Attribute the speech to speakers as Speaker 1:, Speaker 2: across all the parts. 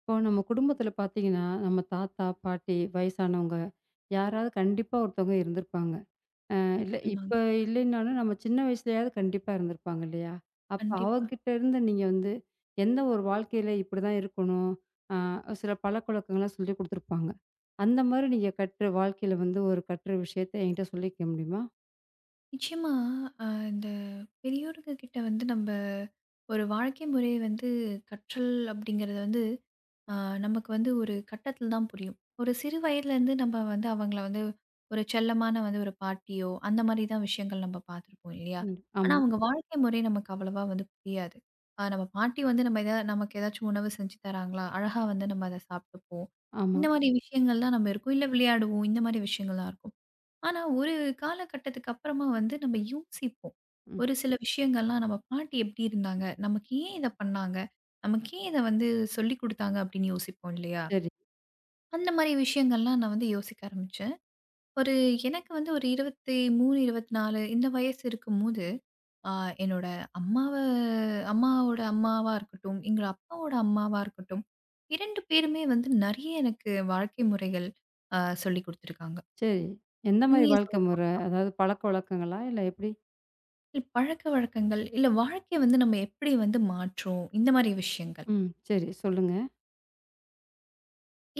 Speaker 1: இப்போ நம்ம குடும்பத்துல பார்த்தீங்கன்னா, நம்ம தாத்தா, பாட்டி, வயசானவங்க யாராவது கண்டிப்பா ஒருத்தவங்க இருந்திருப்பாங்க. அ இல்ல
Speaker 2: நிச்சயமாங்க.
Speaker 1: இப்ப இல்லைனாலும் நம்ம சின்ன வயசுலயாவது கண்டிப்பா இருந்திருப்பாங்க இல்லையா? அப்ப
Speaker 2: கண்டிப்பா.
Speaker 1: அவங்ககிட்ட இருந்து நீங்க வந்து எந்த ஒரு வாழ்க்கையில இப்படிதான் இருக்கணும், அ சில பழக்கவழக்கங்கள்லாம் சொல்லிக் குடுத்துருப்பாங்க. அந்த மாரி நீங்க கற்ற வாழ்க்கையில வந்து ஒரு கற்ற விஷயத்த என்கிட்ட சொல்லிக்க முடியுமா?
Speaker 2: நிச்சயமா. அ இந்த பெரியோருங்க கிட்ட வந்து நம்ப ஒரு வாழ்க்கை முறை வந்து கற்றல் அப்படிங்கிறது வந்து அ நமக்கு வந்து ஒரு கட்டத்தில தான் புரியும். ஒரு சிறு வயதிலேருந்து நம்ம வந்து அவங்கள வந்து ஒரு செல்லமான வந்து ஒரு பாட்டியோ, அந்த மாரி தான் விஷயங்கள் நம்ம பார்த்துருப்போம் இல்லையா?
Speaker 1: ம்.
Speaker 2: ஆனா
Speaker 1: ஆமா,
Speaker 2: அவங்க வாழ்க்கை முறை நமக்கு அவ்வளவா வந்து புரியாது. நம்ம பாட்டி வந்து நம்ம நமக்கு ஏதாச்சும் உணவு செஞ்சு தராங்களா? அழகா வந்து நம்ம அத சாப்பிட்டுப்போம்.
Speaker 1: ஆமா.
Speaker 2: இந்த மாரி விஷயங்கள் தான் நம்ம இருக்கும். இல்ல விளையாடுவோம். இந்த மாரி விஷயங்கள் தான் இருக்கும். ஆனா, ஒரு காலகட்டத்துக்கு அப்புறமா வந்து நம்ம யோசிப்போம்.
Speaker 1: ம்.
Speaker 2: ஒரு சில விஷயங்கள்லாம் நம்ம பாட்டி எப்படி இருந்தாங்க? நமக்கு ஏன் இத பண்ணாங்க? நமக்கு ஏன் இத வந்து சொல்லிக் குடுத்தாங்க? அப்படின்னு யோசிப்போம் இல்லையா?
Speaker 1: சரி,
Speaker 2: அந்த மாரி விஷயங்கள்லாம் நான் வந்து யோசிக்க ஆரம்பிச்சேன். ஒரு எனக்கு வந்து ஒரு 23, 24 இந்த வயசு இருக்கும்போது, ஆ என்னோட அம்மாவ அம்மாவோட அம்மாவா இருக்கட்டும், எங்களோட அப்பாவோட அம்மாவா இருக்கட்டும், 2 பேருமே வந்து நெறைய எனக்கு வாழ்க்கை முறைகள் சொல்லிக் குடுத்துருக்காங்க.
Speaker 1: சரி. எந்த மாரி
Speaker 2: உண்மைய சொல்ல
Speaker 1: வாழ்க்கை முறை? அதாவது பழக்கவழக்கங்களா? இல்ல எப்படி?
Speaker 2: பழக்கவழக்கங்கள், இல்ல வாழ்க்கைய வந்து நம்ம எப்படி வந்து மாற்றும்? இந்த மாரி விஷயங்கள்.
Speaker 1: ம். சரி சொல்லுங்க.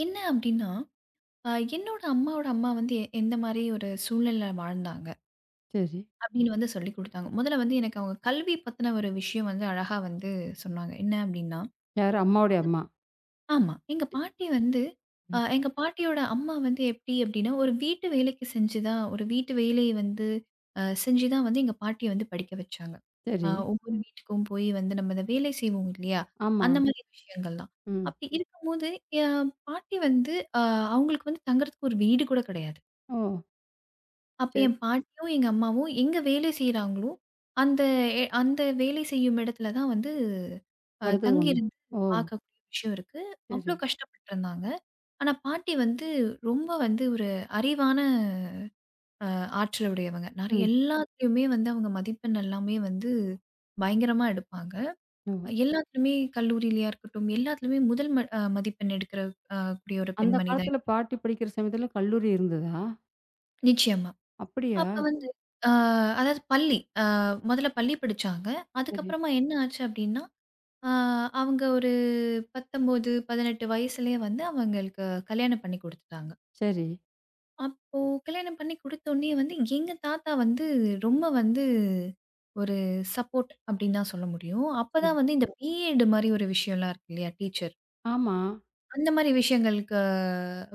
Speaker 2: என்ன அப்படின்னா, அ என்னோட அம்மாவோட அம்மா வந்து எந்த மாரி ஒரு சூழ்நிலையில வாழ்ந்தாங்க
Speaker 1: சரி.
Speaker 2: அப்படின்னு வந்து சொல்லிக் குடுத்தாங்க. முதல்ல வந்து எனக்கு அவங்க கல்வி பத்தின ஒரு விஷயம் வந்து அழகா வந்து சொன்னாங்க. என்ன அப்படின்னா,
Speaker 1: யாரு? அம்மாவுடைய அம்மா.
Speaker 2: ஆமா. எங்க பாட்டி வந்து
Speaker 1: ம்.
Speaker 2: எங்க பாட்டியோட அம்மா வந்து எப்டி அப்டின்னா, ஒரு வீட்டு வேலைக்கு செஞ்சு தான் ஒரு வீட்டு வேலைய வந்து செஞ்சு தான் வந்து எங்க பாட்டிய வந்து படிக்க வச்சாங்க.
Speaker 1: சரி.
Speaker 2: ஒவ்வொரு வீட்டுக்கும் போய் வந்து நம்ம இந்த வேலை செய்வோம் இல்லையா?
Speaker 1: ஆமா.
Speaker 2: அந்த மாரி விஷயங்கள்லாம்.
Speaker 1: ம்.
Speaker 2: அப்டி இருக்கும்போது, என் பாட்டி வந்து அ அவங்களுக்கு வந்து தங்குறதுக்கு ஒரு வீடு கூட கிடையாது.
Speaker 1: ஓ!
Speaker 2: அப்ப
Speaker 1: சரி.
Speaker 2: என் பாட்டியும், எங்க அம்மாவும் எங்க வேலை செய்றாங்களோ, அந்த அந்த வேலை செய்யும் இடத்துல தான் வந்து அ ம்.
Speaker 1: அடுத்தது ஒண்ணு.
Speaker 2: தங்கியிருந்து
Speaker 1: ஓ!
Speaker 2: பார்க்கக்கூடிய விஷயம் இருக்கு.
Speaker 1: சரி.
Speaker 2: அவ்ளோ கஷ்டப்பட்டுருந்தாங்க. ஆனா பாட்டி வந்து ரொம்ப வந்து ஒரு அறிவான ஆற்றல் உடையவங்க. நெறைய
Speaker 1: ம்.
Speaker 2: எல்லாத்துலயுமே வந்து அவங்க மதிப்பெண் எல்லாமே வந்து பயங்கரமா எடுப்பாங்க.
Speaker 1: ஓ!
Speaker 2: எல்லாத்துலயுமே கல்லூரியிலயா இருக்கட்டும், எல்லாத்துலயுமே முதல் ம அ மதிப்பெண் எடுக்கிற கூடிய ஒரு
Speaker 1: அந்த
Speaker 2: பெண்மணி தான்.
Speaker 1: காலத்துல பாட்டி படிக்கிற சமயத்துல கல்லூரி இருந்ததா?
Speaker 2: நிச்சயமா.
Speaker 1: அப்படியா?
Speaker 2: அப்ப வந்து அ அதாவது பள்ளி. முதல்ல பள்ளி படிச்சாங்க.
Speaker 1: சரி,
Speaker 2: அதுக்கப்புறமா என்ன ஆச்சு அப்டின்னா, அ அவங்க ஒரு 19, 18 வயசுலயே வந்து அவங்களுக்கு கல்யாணம் பண்ணி குடுத்துட்டாங்க.
Speaker 1: சரி,
Speaker 2: அப்போ கல்யாணம் பண்ணி குடுத்தோனே வந்து, எங்க தாத்தா வந்து ரொம்ப வந்து ஒரு சப்போர்ட் அப்டின்னு தான் சொல்ல முடியும்.
Speaker 1: சரி.
Speaker 2: அப்பதான் வந்து இந்த பிஎட் மாரி ஒரு விஷயம்லாம் இருக்கு இல்லையா? டீச்சர்.
Speaker 1: ஆமா.
Speaker 2: அந்த மாரி விஷயங்களுக்கு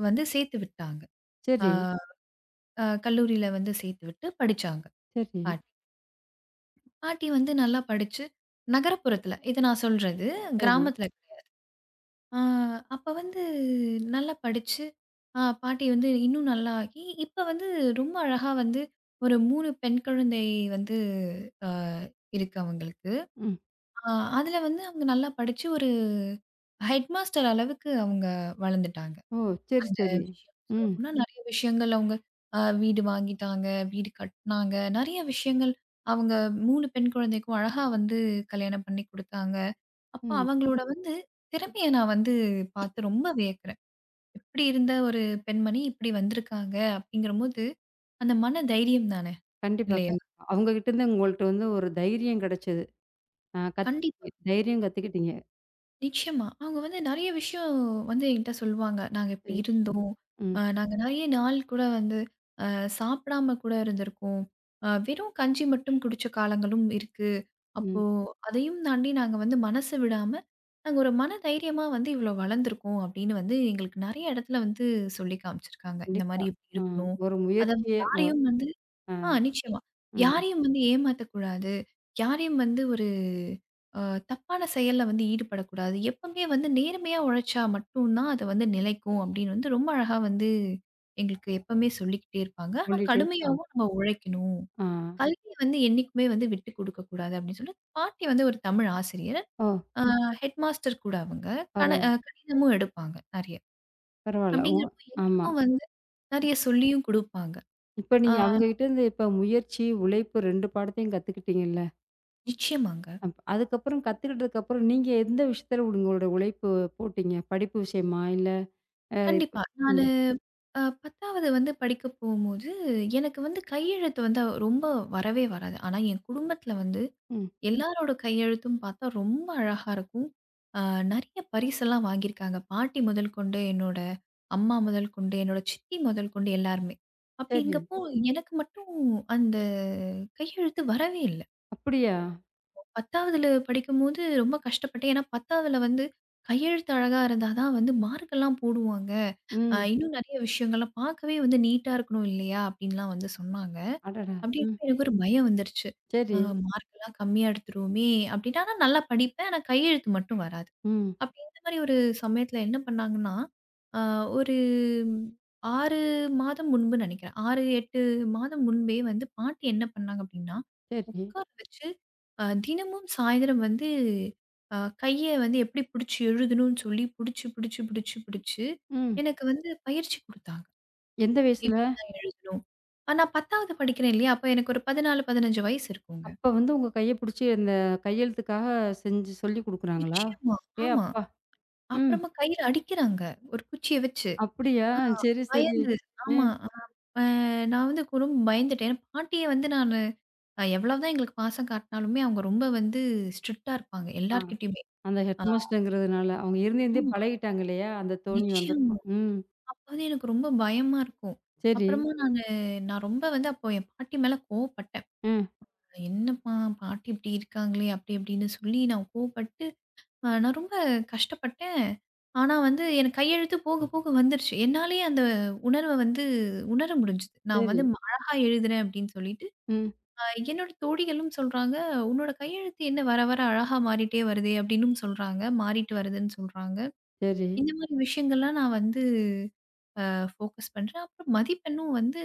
Speaker 2: வந்து சேர்த்து விட்டாங்க. அ
Speaker 1: சரி,
Speaker 2: அ கல்லூரியில வந்து சேர்த்து விட்டு படிச்சாங்க
Speaker 1: சரி,
Speaker 2: பாட்டி. பாட்டி வந்து நல்லா படிச்சு நகரப்புறத்துல, இத நான் சொல்றது.
Speaker 1: சரி.
Speaker 2: கிராமத்துல. ஆ, அப்ப வந்து நல்லா படிச்சு, பாட்டி வந்து இன்னும் நல்லா ஆகி, இப்ப வந்து ரொம்ப அழகா வந்து ஒரு 3 பெண் குழந்தை வந்து அ இருக்கு அவங்களுக்கு.
Speaker 1: ம்.
Speaker 2: அ அதுல வந்து அவங்க நல்லா படிச்சு ஒரு ஹெட் மாஸ்டர் அளவுக்கு அவங்க வளர்ந்துட்டாங்க.
Speaker 1: ஓ! சரி,
Speaker 2: அந்த
Speaker 1: சரி.
Speaker 2: விஷயம்
Speaker 1: ம்,
Speaker 2: சொல்லப்போனா நெறைய விஷயங்கள் அவங்க வீடு வாங்கிட்டாங்க, வீடு கட்டுனாங்க. நெறைய விஷயங்கள் அவங்க 3 பெண் குழந்தைக்கும் அழகா வந்து கல்யாணம் பண்ணி குடுத்தாங்க. அப்ப
Speaker 1: ம்.
Speaker 2: அவங்களோட வந்து திறமைய நான் வந்து பாத்து ரொம்ப வியக்கிறேன். இப்படி இருந்த ஒரு பெண்மணி இப்படி வந்திருக்காங்க அப்படிங்கிறபோது, அந்த மன தைரியம் தானே
Speaker 1: கண்டிப்பா,
Speaker 2: இல்லையா?
Speaker 1: கண்டிப்பா. அவங்க கிட்ட இருந்து உங்கள்ட்ட வந்து ஒரு தைரியம் கிடைச்சது. ஆ கத்
Speaker 2: கண்டிப்பா.
Speaker 1: தைரியம் கத்துக்கிட்டீங்க.
Speaker 2: நிச்சயமா. அவங்க வந்து நெறைய விஷயம் வந்து என்கிட்ட சொல்லுவாங்க. நாங்க இப்படி
Speaker 1: சரி.
Speaker 2: இருந்தோம்.
Speaker 1: ம்,
Speaker 2: நாங்க நெறைய நாள் கூட வந்து சாப்பிடாம கூட இருந்திருக்கோம். வெறும் கஞ்சி மட்டும் குடிச்ச காலங்களும் இருக்கு.
Speaker 1: ம்.
Speaker 2: அப்போ அதையும் தாண்டி நாங்க வந்து மனசு விடாம, நாங்க ஒரு மன தைரியமா வந்து இவ்வளோ வளர்ந்துருக்கோம் அப்படின்னு வந்து எங்களுக்கு நெறைய இடத்துல வந்து சொல்லி காமிச்சிருக்காங்க. இந்த
Speaker 1: கண்டிப்பா.
Speaker 2: மாரி இப்படி
Speaker 1: ஆ
Speaker 2: இருக்கணும்.
Speaker 1: ஒரு
Speaker 2: அதாவது
Speaker 1: முயற்சியே ஒ
Speaker 2: யாரையும் வந்து
Speaker 1: ஆ,
Speaker 2: நிச்சயமா.
Speaker 1: ம்.
Speaker 2: யாரையும் வந்து ஏமாத்தக்கூடாது. யாரையும் வந்து ஒரு அ தப்பான செயல்ல வந்து ஈடுபடக்கூடாது. எப்பவுமே வந்து நேர்மையா உழைச்சா மட்டும் தான் அது வந்து நிலைக்கும் அப்படின்னு வந்து ரொம்ப அழகா வந்து எங்களுக்கு எப்பவுமே சொல்லிக்கிட்டே இருப்பாங்க. ஆனா
Speaker 1: சொல்லிட்டே இருப்பாங்க.
Speaker 2: கடுமையாவும் நம்ம உழைக்கணும்.
Speaker 1: ஆ.
Speaker 2: கல்விய வந்து என்னைக்குமே வந்து விட்டு குடுக்கக்கூடாது அப்படின்னு சொல்லி, பாட்டி வந்து ஒரு தமிழ் ஆசிரியர்.
Speaker 1: ஓ!
Speaker 2: அ ஹெட்மாஸ்டர் கூட அவங்க. கண அ
Speaker 1: பரவால்ல,
Speaker 2: கணிதமும் எடுப்பாங்க நெறைய.
Speaker 1: பரவால்ல.
Speaker 2: அப்படிங்கிறப்போ
Speaker 1: ஆமா.
Speaker 2: எங்களுக்கும் வந்து நெறைய சொல்லியும் குடுப்பாங்க.
Speaker 1: இப்ப
Speaker 2: ஆ
Speaker 1: நீங்க அவங்ககிட்டருந்து இப்ப முயற்சி, உழைப்பு 2 பாடத்தையும் கத்துக்கிட்டீங்கல்ல.
Speaker 2: நிச்சயமாங்க.
Speaker 1: அதுக்கப்புறம் கத்துக்கிட்டதுக்கு அப்புறம் நீங்க எந்த விஷயத்துல உங்களோட உழைப்பு போட்டீங்க? படிப்பு விஷயமா? இல்ல வேற இப்ப
Speaker 2: கண்டிப்பா. நானு
Speaker 1: ம்,
Speaker 2: 10வது வந்து படிக்க போகும்போது, எனக்கு வந்து கையெழுத்து வந்து ரொம்ப வரவே வராது. ஆனா, என் குடும்பத்தில வந்து
Speaker 1: ம்.
Speaker 2: எல்லாரோட கையெழுத்தும் பார்த்தா ரொம்ப அழகா இருக்கும். அ நெறைய பரிசெல்லாம் வாங்கியிருக்காங்க. பாட்டி முதல் கொண்டு, என்னோட அம்மா முதல் கொண்டு, என்னோட சித்தி முதல் கொண்டு எல்லாருமே.
Speaker 1: சரி.
Speaker 2: அப்படிங்கப்போ எனக்கு மட்டும் அந்த கையெழுத்து வரவே இல்ல.
Speaker 1: அப்படியா?
Speaker 2: 10வதுல படிக்கும்போது ரொம்ப கஷ்டப்பட்டேன். ஏன்னா 10வதுல வந்து கையெழுத்து அழகா இருந்தா தான் வந்து மார்க்கெல்லாம் போடுவாங்க.
Speaker 1: ம்.
Speaker 2: இன்னும் நெறைய விஷயங்கள்லாம் பார்க்கவே வந்து நீட்டா இருக்கணும் இல்லையா? அப்டின்லாம் வந்து சொன்னாங்க.
Speaker 1: அடடா!
Speaker 2: அப்டி
Speaker 1: ம்.
Speaker 2: இருக்க எனக்கு ஒரு பயம் வந்துருச்சு. அ
Speaker 1: சரி.
Speaker 2: மார்க்லாம் கம்மியா எடுத்துருவோமே! அப்டின்னா நான் நல்லா படிப்பேன். ஆனா கையெழுத்து மட்டும் வராது.
Speaker 1: ம்.
Speaker 2: அப்ப இந்த மாரி ஒரு சமயத்துல என்ன பண்ணாங்கன்னா, அ ஒரு 6 மாதம் முன்பு நெனைக்கிறேன். 6, 8 மாதம் முன்பே வந்து பாட்டி என்ன பண்ணாங்க அப்டின்னா,
Speaker 1: சரி.
Speaker 2: உட்கார வச்சு தினமும் சாயந்தரம் வந்து அ கைய வந்து எப்படி புடிச்சு எழுதணும்னு சொல்லி புடிச்சு, புடிச்சு, புடிச்சு, புடிச்சு
Speaker 1: ம்.
Speaker 2: எனக்கு வந்து பயிற்சி குடுத்தாங்க.
Speaker 1: எந்த வயசுல?
Speaker 2: எப்படிலாம் எழுதணும். நான் 10வது படிக்கிறேன் இல்லையா? அப்ப எனக்கு ஒரு 14, 15 வயசு இருக்குங்க.
Speaker 1: அப்ப வந்து உங்க கைய புடிச்சு அந்த கையெழுத்துக்காக செஞ்சு சொல்லிக் குடுக்குறாங்களா?
Speaker 2: நிச்சயமா.
Speaker 1: ஏ
Speaker 2: ஆமா.
Speaker 1: அப்பா! ம்.
Speaker 2: அப்புறமா கையில அடிக்கிறாங்க. ஒரு குச்சிய வச்சு.
Speaker 1: அப்படியா?
Speaker 2: ஆ
Speaker 1: சரி, சரி.
Speaker 2: பயந்து.
Speaker 1: அ.
Speaker 2: ஆமா. அ அ நான் வந்து ரொம்ப பயந்துட்டேன். பாட்டிய வந்து நானு எவ்வளவுதான் எங்களுக்கு பாசம் காட்டினாலுமே, அவங்க ரொம்ப வந்து ஸ்ட்ரிக்ட்டா இருப்பாங்க.
Speaker 1: ஆ.
Speaker 2: எல்லார்கிட்டயுமே.
Speaker 1: அந்த
Speaker 2: ஆ.
Speaker 1: ஹெட் மாஸ்டர்ங்கிறதுனால, அவங்க இருந்து இருந்தே
Speaker 2: ஆமா.
Speaker 1: பழகிட்டாங்க இல்லையா? அந்த தோணி
Speaker 2: நிச்சயமா.
Speaker 1: வந்திருக்கும். ம்.
Speaker 2: அப்ப வந்து எனக்கு ரொம்ப பயமா இருக்கும்.
Speaker 1: சரி.
Speaker 2: அப்புறமா நானு நான் ரொம்ப வந்து அப்போ என் பாட்டி மேல கோவப்பட்டேன்.
Speaker 1: அ.
Speaker 2: "என்னம்மா பாட்டி இப்படி இருக்காங்களே!" அப்படி இப்படின்னு சொல்லி நான் கோவப்பட்டு, நான் ரொம்ப கஷ்டப்பட்டேன். ஆனா வந்து எனக்கு கையெழுத்து போக போக வந்துருச்சு. என்னாலயே அந்த உணர்வ வந்து உணர முடிஞ்சுது. நான்
Speaker 1: சரி.
Speaker 2: வந்து அழகா எழுதுறேன் அப்படின்னு சொல்லிட்டு,
Speaker 1: ம்.
Speaker 2: அ என்னோட தோழிகளும் சொல்றாங்க, "உன்னோட கையெழுத்து என்ன வர வர அழகா மாறிட்டே வருதே!" அப்படின்னும் சொல்றாங்க. மாறிட்டு வருதுன்னு சொல்றாங்க.
Speaker 1: சரி.
Speaker 2: இந்த மாதிரி விஷயங்கள்லாம் நான் வந்து ஃபோக்கஸ் பண்றேன். அப்புறம் மதிப்பெண்ணும் வந்து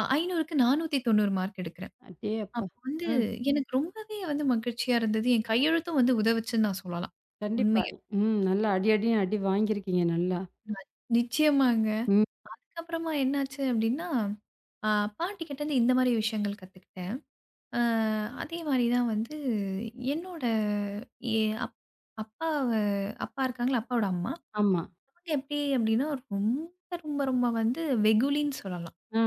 Speaker 2: 500க்கு 490 மார்க் எடுக்கிறேன்.
Speaker 1: அடே அப்பா!
Speaker 2: அப்போ வந்து
Speaker 1: ம்.
Speaker 2: எனக்கு ரொம்பவே வந்து மகிழ்ச்சியா இருந்தது. என் கையெழுத்தும் வந்து உதவுச்சுன்னு நான் சொல்லலாம்.
Speaker 1: கண்டிப்பா.
Speaker 2: உண்மையா.
Speaker 1: ம். நல்லா அடி அடின்னு அடி வாங்கியிருக்கீங்க நல்லா.
Speaker 2: நிச்சயமாங்க.
Speaker 1: ம்.
Speaker 2: அதுக்கப்புறமா என்னாச்சு அப்டின்னா, அ பாட்டிகிட்டேருந்து இந்த மாரி விஷயங்கள் கத்துக்கிட்டேன். அ அதே மாரி தான் வந்து என்னோட எ அப் அப்பாவ அப்பா இருக்காங்கல்ல, அப்பாவோட அம்மா.
Speaker 1: ஆமா.
Speaker 2: அவங்க எப்டி அப்டின்னா ரொம்ப ரொம்ப ரொம்ப வந்து வெகுளின்னு சொல்லலாம்.
Speaker 1: ஆ.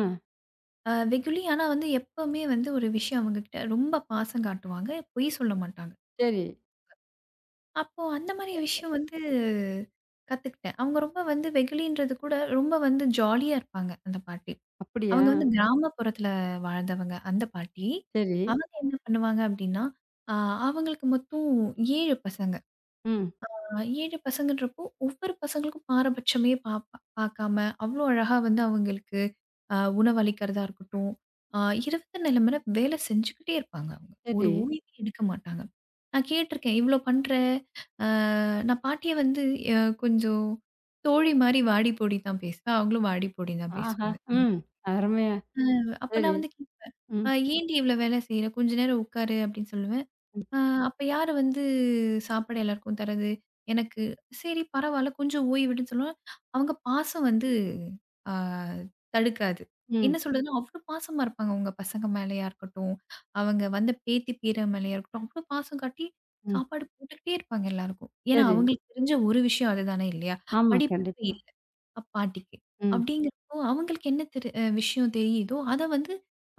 Speaker 2: வெகுளி. ஆனா வந்து எப்பவுமே வந்து ஒரு விஷயம் அவங்ககிட்ட ரொம்ப பாசம் காட்டுவாங்க. பொய் சொல்ல மாட்டாங்க.
Speaker 1: சரி.
Speaker 2: அப்போ அந்த மாரி விஷயம் வந்து கத்துக்கிட்டேன். அவங்க ரொம்ப வந்து வெகுளின்றது கூட ரொம்ப வந்து ஜாலியா இருப்பாங்க, அந்த பாட்டி.
Speaker 1: அப்படியா?
Speaker 2: அவங்க வந்து கிராமப்புறத்துல வாழ்ந்தவங்க, அந்த பாட்டி.
Speaker 1: சரி.
Speaker 2: அவங்க என்ன பண்ணுவாங்க அப்டின்னா, அ அவங்களுக்கு மொத்தம் 7 பசங்க.
Speaker 1: ம்.
Speaker 2: அ 7 பசங்கன்றப்போ, ஒவ்வொரு பசங்களுக்கும் பாரபட்சமே பாப்பா பாக்காம, அவ்ளோ அழகா வந்து அவங்களுக்கு உணவளிக்கிறதா இருக்கட்டும், அ இரவு நிலமர வேலை செஞ்சுக்கிட்டே இருப்பாங்க அவங்க. ஒரு
Speaker 1: சரி.
Speaker 2: ஓய்வே எடுக்க மாட்டாங்க. நான் கேட்டிருக்கேன், "இவ்ளோ பண்ற? அ நான் பாட்டிய வந்து கொஞ்சம் தோழி மாரி வாடி போடி தான் பேசுவேன். அவங்களும் வாடி போடி தான்
Speaker 1: ஆஹா!
Speaker 2: பேசுவாங்க."
Speaker 1: ம். அருமையா.
Speaker 2: அப்ப நான்
Speaker 1: சரி.
Speaker 2: வந்து கேட்பேன்,
Speaker 1: ம்.
Speaker 2: ஏன்டி இவ்ளோ வேலை செய்ற? கொஞ்ச நேரம் உட்காரு" அப்படின்னு சொல்லுவேன்.
Speaker 1: ம்.
Speaker 2: ஆ அப்ப யாரு வந்து சாப்பாடு எல்லாருக்கும் தர்றது? எனக்கு. சரி பரவால்ல கொஞ்சம் ஓய்வெடுன்னு சொல்லுவேன். அவங்க பாசம் வந்து ஆ தடுக்காது. என்ன
Speaker 1: ம்.
Speaker 2: சொல்றதுன்னா, அவ்ளோ பாசமா இருப்பாங்க அவங்க பசங்க மேலயா இருக்கட்டும், அவங்க வந்த பேத்தி, பேரன் மேலயா இருக்கட்டும், அவ்ளோ பாசம் காட்டி
Speaker 1: ம்.
Speaker 2: சாப்பாடு போட்டுக்கிட்டே இருப்பாங்க எல்லாருக்கும். ஏன்னா,
Speaker 1: சரி.
Speaker 2: அவங்களுக்கு தெரிஞ்ச ஒரு விஷயம் அதுதானே இல்லையா?
Speaker 1: ஆமா.
Speaker 2: படிப்பறிவு
Speaker 1: கண்டிப்பா.
Speaker 2: இல்ல பாட்டிக்கு.
Speaker 1: ம்.
Speaker 2: அப்படிங்கிறப்போ அவங்களுக்கு என்ன தெரி அ விஷயம் தெரியுதோ, அத வந்து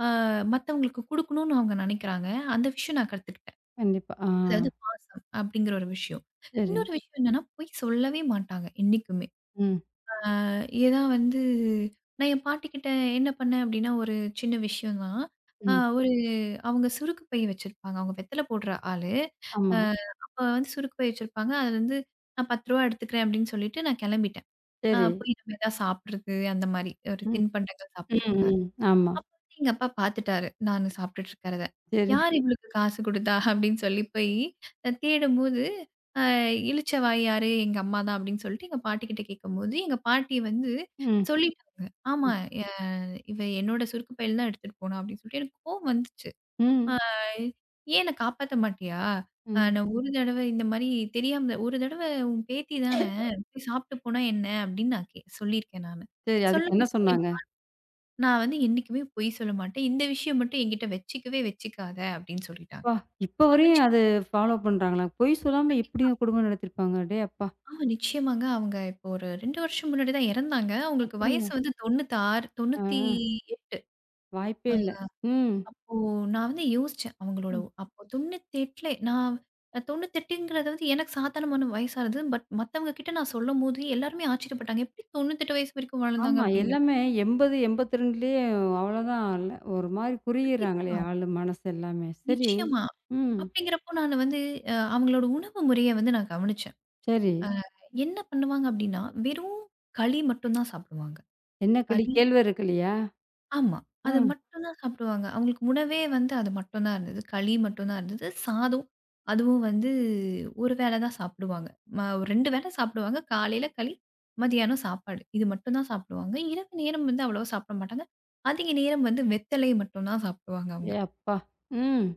Speaker 2: ஆ மத்தவங்களுக்கு குடுக்கணும்னு அவங்க நெனைக்கிறாங்க. அந்த விஷயம் நான் கத்துக்கிட்டேன்.
Speaker 1: கண்டிப்பா. ஆ.
Speaker 2: அதாவது பாசம் அப்படிங்கிற ஒரு விஷயம்.
Speaker 1: சரி.
Speaker 2: இன்னொரு விஷயம் என்னன்னா, பொய் சொல்லவே மாட்டாங்க என்னைக்குமே.
Speaker 1: ம்.
Speaker 2: அ ஏதான் வந்து நான் என் பாட்டிக்கிட்ட என்ன பண்ணேன் அப்படின்னா, ஒரு சின்ன விஷயம் தான். அ
Speaker 1: ம்.
Speaker 2: ஒரு அவங்க சுருக்கு பை வச்சிருப்பாங்க. அவங்க வெத்தல போடுற ஆளு. அ
Speaker 1: ஆமா.
Speaker 2: அப்ப வந்து சுருக்கு பை வச்சிருப்பாங்க. அதுல இருந்து நான் ரூ. 10 எடுத்துக்கிறேன் அப்படின்னு சொல்லிட்டு நான் கிளம்பிட்டேன்.
Speaker 1: சரி.
Speaker 2: போய் நம்ம ஏதாவது சாப்பிடுறது அந்த மாரி ஒரு
Speaker 1: ம்.
Speaker 2: தின்பண்டங்கள்
Speaker 1: ம்.
Speaker 2: சாப்பிடுறதுக்காக.
Speaker 1: ம். ஆமா.
Speaker 2: அப்ப வந்து எங்க அப்பா பாத்துட்டாரு, நானு சாப்பிட்டுட்டு இருக்கிறத.
Speaker 1: சரி.
Speaker 2: "யார் இவளுக்கு காசு குடுத்தா?" அப்படின்னு சொல்லி போய் தேடும்போது, அ இளிச்சவாய் யாரு? எங்க அம்மா தான் அப்படின்னு சொல்லிட்டு எங்க பாட்டிகிட்ட கேட்கும்போது, எங்க பாட்டி வந்து
Speaker 1: ம்,
Speaker 2: சொல்லிட்டாங்க. "ஆமா,
Speaker 1: ம்,
Speaker 2: அ இவ என்னோட சுருக்கு பையில தான் எடுத்துட்டு போனா" அப்படின்னு சொல்லிட்டு எனக்கு கோவம் வந்துச்சு. "அ
Speaker 1: ம்,
Speaker 2: ஏன் என்ன காப்பாத்த மாட்டியா?
Speaker 1: ம்.
Speaker 2: நான் ஒரு தடவ இந்த மாரி தெரியாம ஒரு தடவ உன் பேத்தி தானே, போய் சாப்பிட்டு போனா என்ன?" அப்படின்னு நான் சொல்லியிருக்கேன் நானு.
Speaker 1: சரி. அதுக்கு என்ன
Speaker 2: சொல்லும்போது
Speaker 1: சொன்னாங்க?
Speaker 2: நான் வந்து என்னைக்குமே பொய் சொல்ல மாட்டேன். இந்த விஷயம் மட்டும் என்கிட்ட வச்சுக்கவே வச்சுக்காத அப்படின்னு சொல்லிட்டாங்க.
Speaker 1: அப்பா! இப்ப
Speaker 2: அப்ப
Speaker 1: வரையும்
Speaker 2: சின்ன
Speaker 1: அது ஃபாலோ பண்றாங்களா? பொய் சொல்லாம
Speaker 2: வயசுல.
Speaker 1: எப்படிங்க குடும்பம் நடத்தியிருப்பாங்க? டேய் அப்பா!
Speaker 2: ஆமா நிச்சயமாங்க. அவங்க இப்போ ஒரு 2 வருஷம் முன்னாடி தான் இறந்தாங்க. அவங்களுக்கு
Speaker 1: அப்படியா?
Speaker 2: வயசு வந்து 96,
Speaker 1: ஆ
Speaker 2: 98.
Speaker 1: வாய்ப்பே இல்ல. ம்,
Speaker 2: அப்போ நான் வந்து யோசிச்சேன். அவங்களோட
Speaker 1: ம்.
Speaker 2: அப்போ 98. நான் 98ங்கிறது வந்து எனக்கு சாதாரணமான வயசா இருந்தது. பட் மத்தவங்க கிட்ட நான் சொல்லும்போது எல்லாருமே ஆச்சரியப்பட்டாங்க. எப்படி 98 வயசு வரைக்கும் வாழ்ந்தாங்க
Speaker 1: ஆமா.
Speaker 2: அப்படின்னு.
Speaker 1: எல்லாமே 80, 82லயே அவ்வளோதான் இல்ல. ஒரு மாரி குறுகிர்றாங்களே
Speaker 2: கண்டிப்பா.
Speaker 1: ஆளு மனசு எல்லாமே. சரி.
Speaker 2: நிச்சயமா.
Speaker 1: ம்.
Speaker 2: அப்படிங்கிறப்போ நான் வந்து அவங்களோட உணவு முறைய வந்து நான் கவனிச்சேன்.
Speaker 1: சரி.
Speaker 2: அ என்ன பண்ணுவாங்க அப்டின்னா, வெறும் களி மட்டும் தான் சாப்பிடுவாங்க.
Speaker 1: என்ன களி?
Speaker 2: களி.
Speaker 1: கேழ்வரகு களியா?
Speaker 2: ஆமா.
Speaker 1: ஆ.
Speaker 2: அது மட்டும் தான் சாப்பிடுவாங்க. அவங்களுக்கு உணவே வந்து அது மட்டும் தான் இருந்தது. களி மட்டும் தான் இருந்தது. சாதம், அதுவும் வந்து ஒரு வேளை தான் சாப்பிடுவாங்க. ம 2 வேளை சாப்பிடுவாங்க. காலையில களி, மதியானம் சாப்பாடு. இது மட்டும் தான் சாப்பிடுவாங்க. இரவு நேரம் வந்து அவ்வளவா சாப்பிட மாட்டாங்க. அதிக நேரம் வந்து வெத்தலை மட்டும் தான் சாப்பிடுவாங்க
Speaker 1: ஏ
Speaker 2: அவங்க.
Speaker 1: அப்பா! ம்.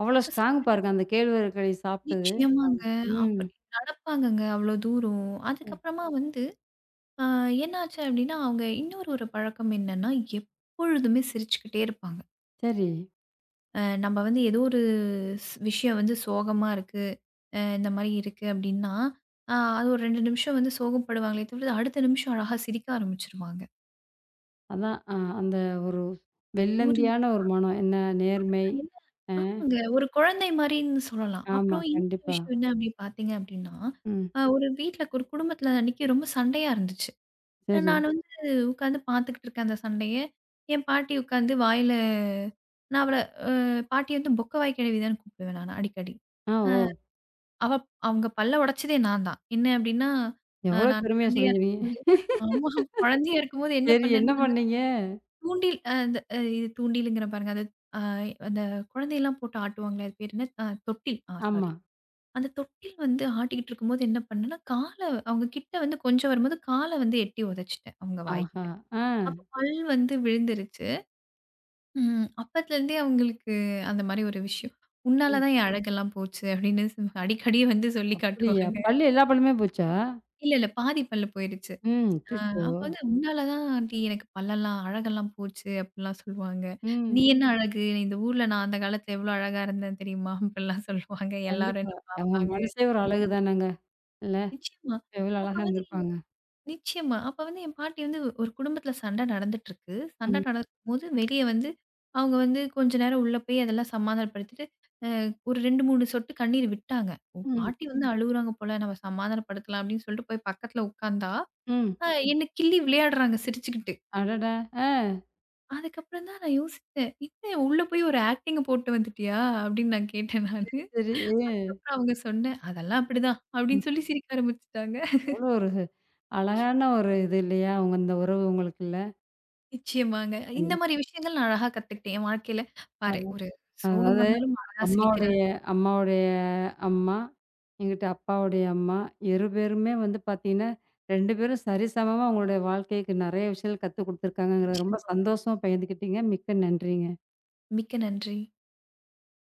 Speaker 1: அவ்வளோ ஸ்ட்ராங்
Speaker 2: சாப்பிட்டுட்டு
Speaker 1: பாருங்க அந்த கேழ்வரகு களி சாப்பிட்டது. ஆமா.
Speaker 2: நிச்சயமாங்க.
Speaker 1: ம்.
Speaker 2: அப்படி நடப்பாங்கங்க அவ்வளோ தூரம். அதுக்கப்புறமா வந்து ஆ என்னாச்சு அப்டின்னா, அவங்க இன்னொரு ஒரு பழக்கம் என்னன்னா, எப்பொழுதுமே சிரிச்சுக்கிட்டே இருப்பாங்க.
Speaker 1: சரி.
Speaker 2: நம்ம வந்து ஏதோ ஒரு விஷயம் வந்து சோகமா இருக்கு, இந்த மாரி இருக்கு அப்டின்னா, அ அது ஒரு 2 நிமிஷம் வந்து சோகப்படுவாங்களே தவிர, அடுத்த நிமிஷம் அழகா சிரிக்க ஆரம்பிச்சுருவாங்க.
Speaker 1: அதான். அந்த ஒரு
Speaker 2: ஒரு
Speaker 1: வெள்ளந்தியான ஒரு மனம். என்ன நேர்மை.
Speaker 2: அப்டிங்களா?
Speaker 1: அ
Speaker 2: ஆமாங்க. ஒரு குழந்தை மாரின்னு சொல்லலாம்.
Speaker 1: ஆமா,
Speaker 2: அப்புறம் இன்னொரு
Speaker 1: கண்டிப்பா.
Speaker 2: விஷயம் என்ன அப்டி பார்த்தீங்க அப்டின்னா,
Speaker 1: ம்.
Speaker 2: ஒரு வீட்ல ஒரு குடும்பத்தில அன்னைக்கு ரொம்ப சண்டையா இருந்துச்சு.
Speaker 1: சரி.
Speaker 2: நான் வந்து உட்காந்து பார்த்துக்கிட்டு இருக்கேன் அந்த சண்டைய. என் பாட்டி உட்காந்து வாயில. நான் பாட்டிய வந்து "பொக்கவாய் கிழவிதான்னு" கூப்பிடுவேன் நானு அடிக்கடி.
Speaker 1: ஆ,
Speaker 2: அ
Speaker 1: ஓ!
Speaker 2: அவ அவங்க பல்ல உடைச்சதே நான் தான். என்ன அப்டின்னா,
Speaker 1: எவ்வளோ
Speaker 2: நான்
Speaker 1: பெருமையா
Speaker 2: குழந்தையா
Speaker 1: சொல்லிக்கிறீங்க.
Speaker 2: இருக்கும்போது, ஆமா, குழந்தையா இருக்கும்போது என்ன
Speaker 1: சரி, என்ன
Speaker 2: பண்ணேன்னா, அந்த
Speaker 1: பண்ணீங்க?
Speaker 2: தூண்டில் அ அந்த இது தூண்டிலுங்கிறேன் பாருங்க. அது அ அந்த குழந்தையெல்லாம் போட்டு ஆட்டுவாங்களே அது பேர் என்ன? தொட்டில். ஆ, சாரி.
Speaker 1: ஆமா.
Speaker 2: அந்த தொட்டில் வந்து ஆட்டிக்கிட்டு இருக்கும்போது என்ன பண்ணேன்னா, அவங்க கிட்ட வந்து கொஞ்சம் வரும்போது, கால வந்து எட்டி உதைச்சுட்டேன் அவங்க
Speaker 1: ஆஹா!
Speaker 2: வாய்கிட்ட.
Speaker 1: ஆ.
Speaker 2: அப்ப பல் வந்து விழுந்துருச்சு. அப்பத்துலருந்தே அவங்களுக்கு அந்த மாரி ஒரு விஷயம்.
Speaker 1: சரி.
Speaker 2: "உன்னால தான் என் அழகெல்லாம் போச்சு" அப்படின்னு அடிக்கடி வந்து சொல்லி
Speaker 1: அப்படியா?
Speaker 2: காட்டுவாங்க.
Speaker 1: பள்ளி எல்லா பள்ளியுமே போச்சா?
Speaker 2: இல்ல, இல்ல பாதி பல்லு போயிருச்சு.
Speaker 1: ம்.
Speaker 2: அ
Speaker 1: அச்சச்சோ!
Speaker 2: அப்ப வந்து "உன்னால தான் ஆண்டி எனக்கு பல்லெல்லாம் அழகெல்லாம் போச்சு" அப்படிலாம் சொல்லுவாங்க.
Speaker 1: ம்.
Speaker 2: "நீ என்ன அழகு? இந்த ஊர்ல நான் அந்த காலத்துல எவ்வளோ அழகா இருந்தேன் தெரியுமா?" அப்படிலாம் சொல்லுவாங்க. எல்லாரும்
Speaker 1: கண்டிப்பா.
Speaker 2: என்ன
Speaker 1: அவங்க
Speaker 2: பார்ப்பாங்க.
Speaker 1: மனசே ஒரு அழகு தானங்க. இல்ல?
Speaker 2: நிச்சயமா.
Speaker 1: எவ்வளோ
Speaker 2: அப்ப
Speaker 1: அழகா
Speaker 2: வந்து
Speaker 1: இருந்திருப்பாங்க.
Speaker 2: நிச்சயமா. அப்ப வந்து என் பாட்டி வந்து ஒரு குடும்பத்தில சண்டை நடந்துட்டுருக்கு. சண்டை
Speaker 1: ம்.
Speaker 2: நடக்கும்போது வெளிய வந்து அவங்க வந்து கொஞ்ச நேரம் உள்ள போய் அதெல்லாம் சமாதானப்படுத்திட்டு, அ ஒரு 2, 3 சொட்டு கண்ணீர் விட்டாங்க. "ஓ!
Speaker 1: ம்.
Speaker 2: பாட்டி வந்து அழுவுறாங்க போல நம்ம சமாதானப்படுத்தலாம்." அப்படின்னு சொல்லிட்டு போய் பக்கத்தில உட்கார்ந்தா,
Speaker 1: ம்.
Speaker 2: என்ன கிள்ளி விளையாடுறாங்க சிரிச்சுக்கிட்டு.
Speaker 1: அடடா! ஆ.
Speaker 2: அதுக்கப்புறம் தான் நான் யோசிச்சேன். "என்ன உள்ள போய் ஒரு ஆக்டிங்க போட்டு வந்துட்டியா?" அப்படின்னு நான் கேட்டேன்
Speaker 1: சரி,
Speaker 2: நானு.
Speaker 1: சரி.
Speaker 2: அதுக்கப்புறம் அவங்க சொன்னேன், "அதெல்லாம் அப்படிதான்." அப்படின்னு சொல்லி சிரிக்க ஆரம்பிச்சுட்டாங்க.
Speaker 1: எவ்வளோ ஒரு அழகான ஒரு இது இல்லையா? உங்க இந்த உறவு உங்களுக்குள்ள.
Speaker 2: நிச்சயமாங்க. இந்த மாரி
Speaker 1: கண்டிப்பா.
Speaker 2: விஷயங்கள் நான் அழகா கத்துக்கிட்டேன் என் வாழ்க்கையில. பாரு ஒரு சோகம்
Speaker 1: அதாவது
Speaker 2: வந்தாலும் அழகா
Speaker 1: அம்மாவுடைய
Speaker 2: சிரிக்கிறாங்க.
Speaker 1: அம்மாவுடைய அம்மா, எங்கிட்ட அப்பாவுடைய அம்மா 2 பேருமே வந்து பார்த்தீங்கன்னா, 2 பேரும் சரிசமமா உங்களுடைய வாழ்க்கைக்கு நெறைய விஷயங்கள் கத்துக் குடுத்துருக்காங்கங்கிறது ரொம்ப
Speaker 2: நிச்சயமா.
Speaker 1: சந்தோஷமா பகிர்ந்துக்கிட்டீங்க. மிக்க நன்றிங்க.
Speaker 2: மிக்க நன்றி.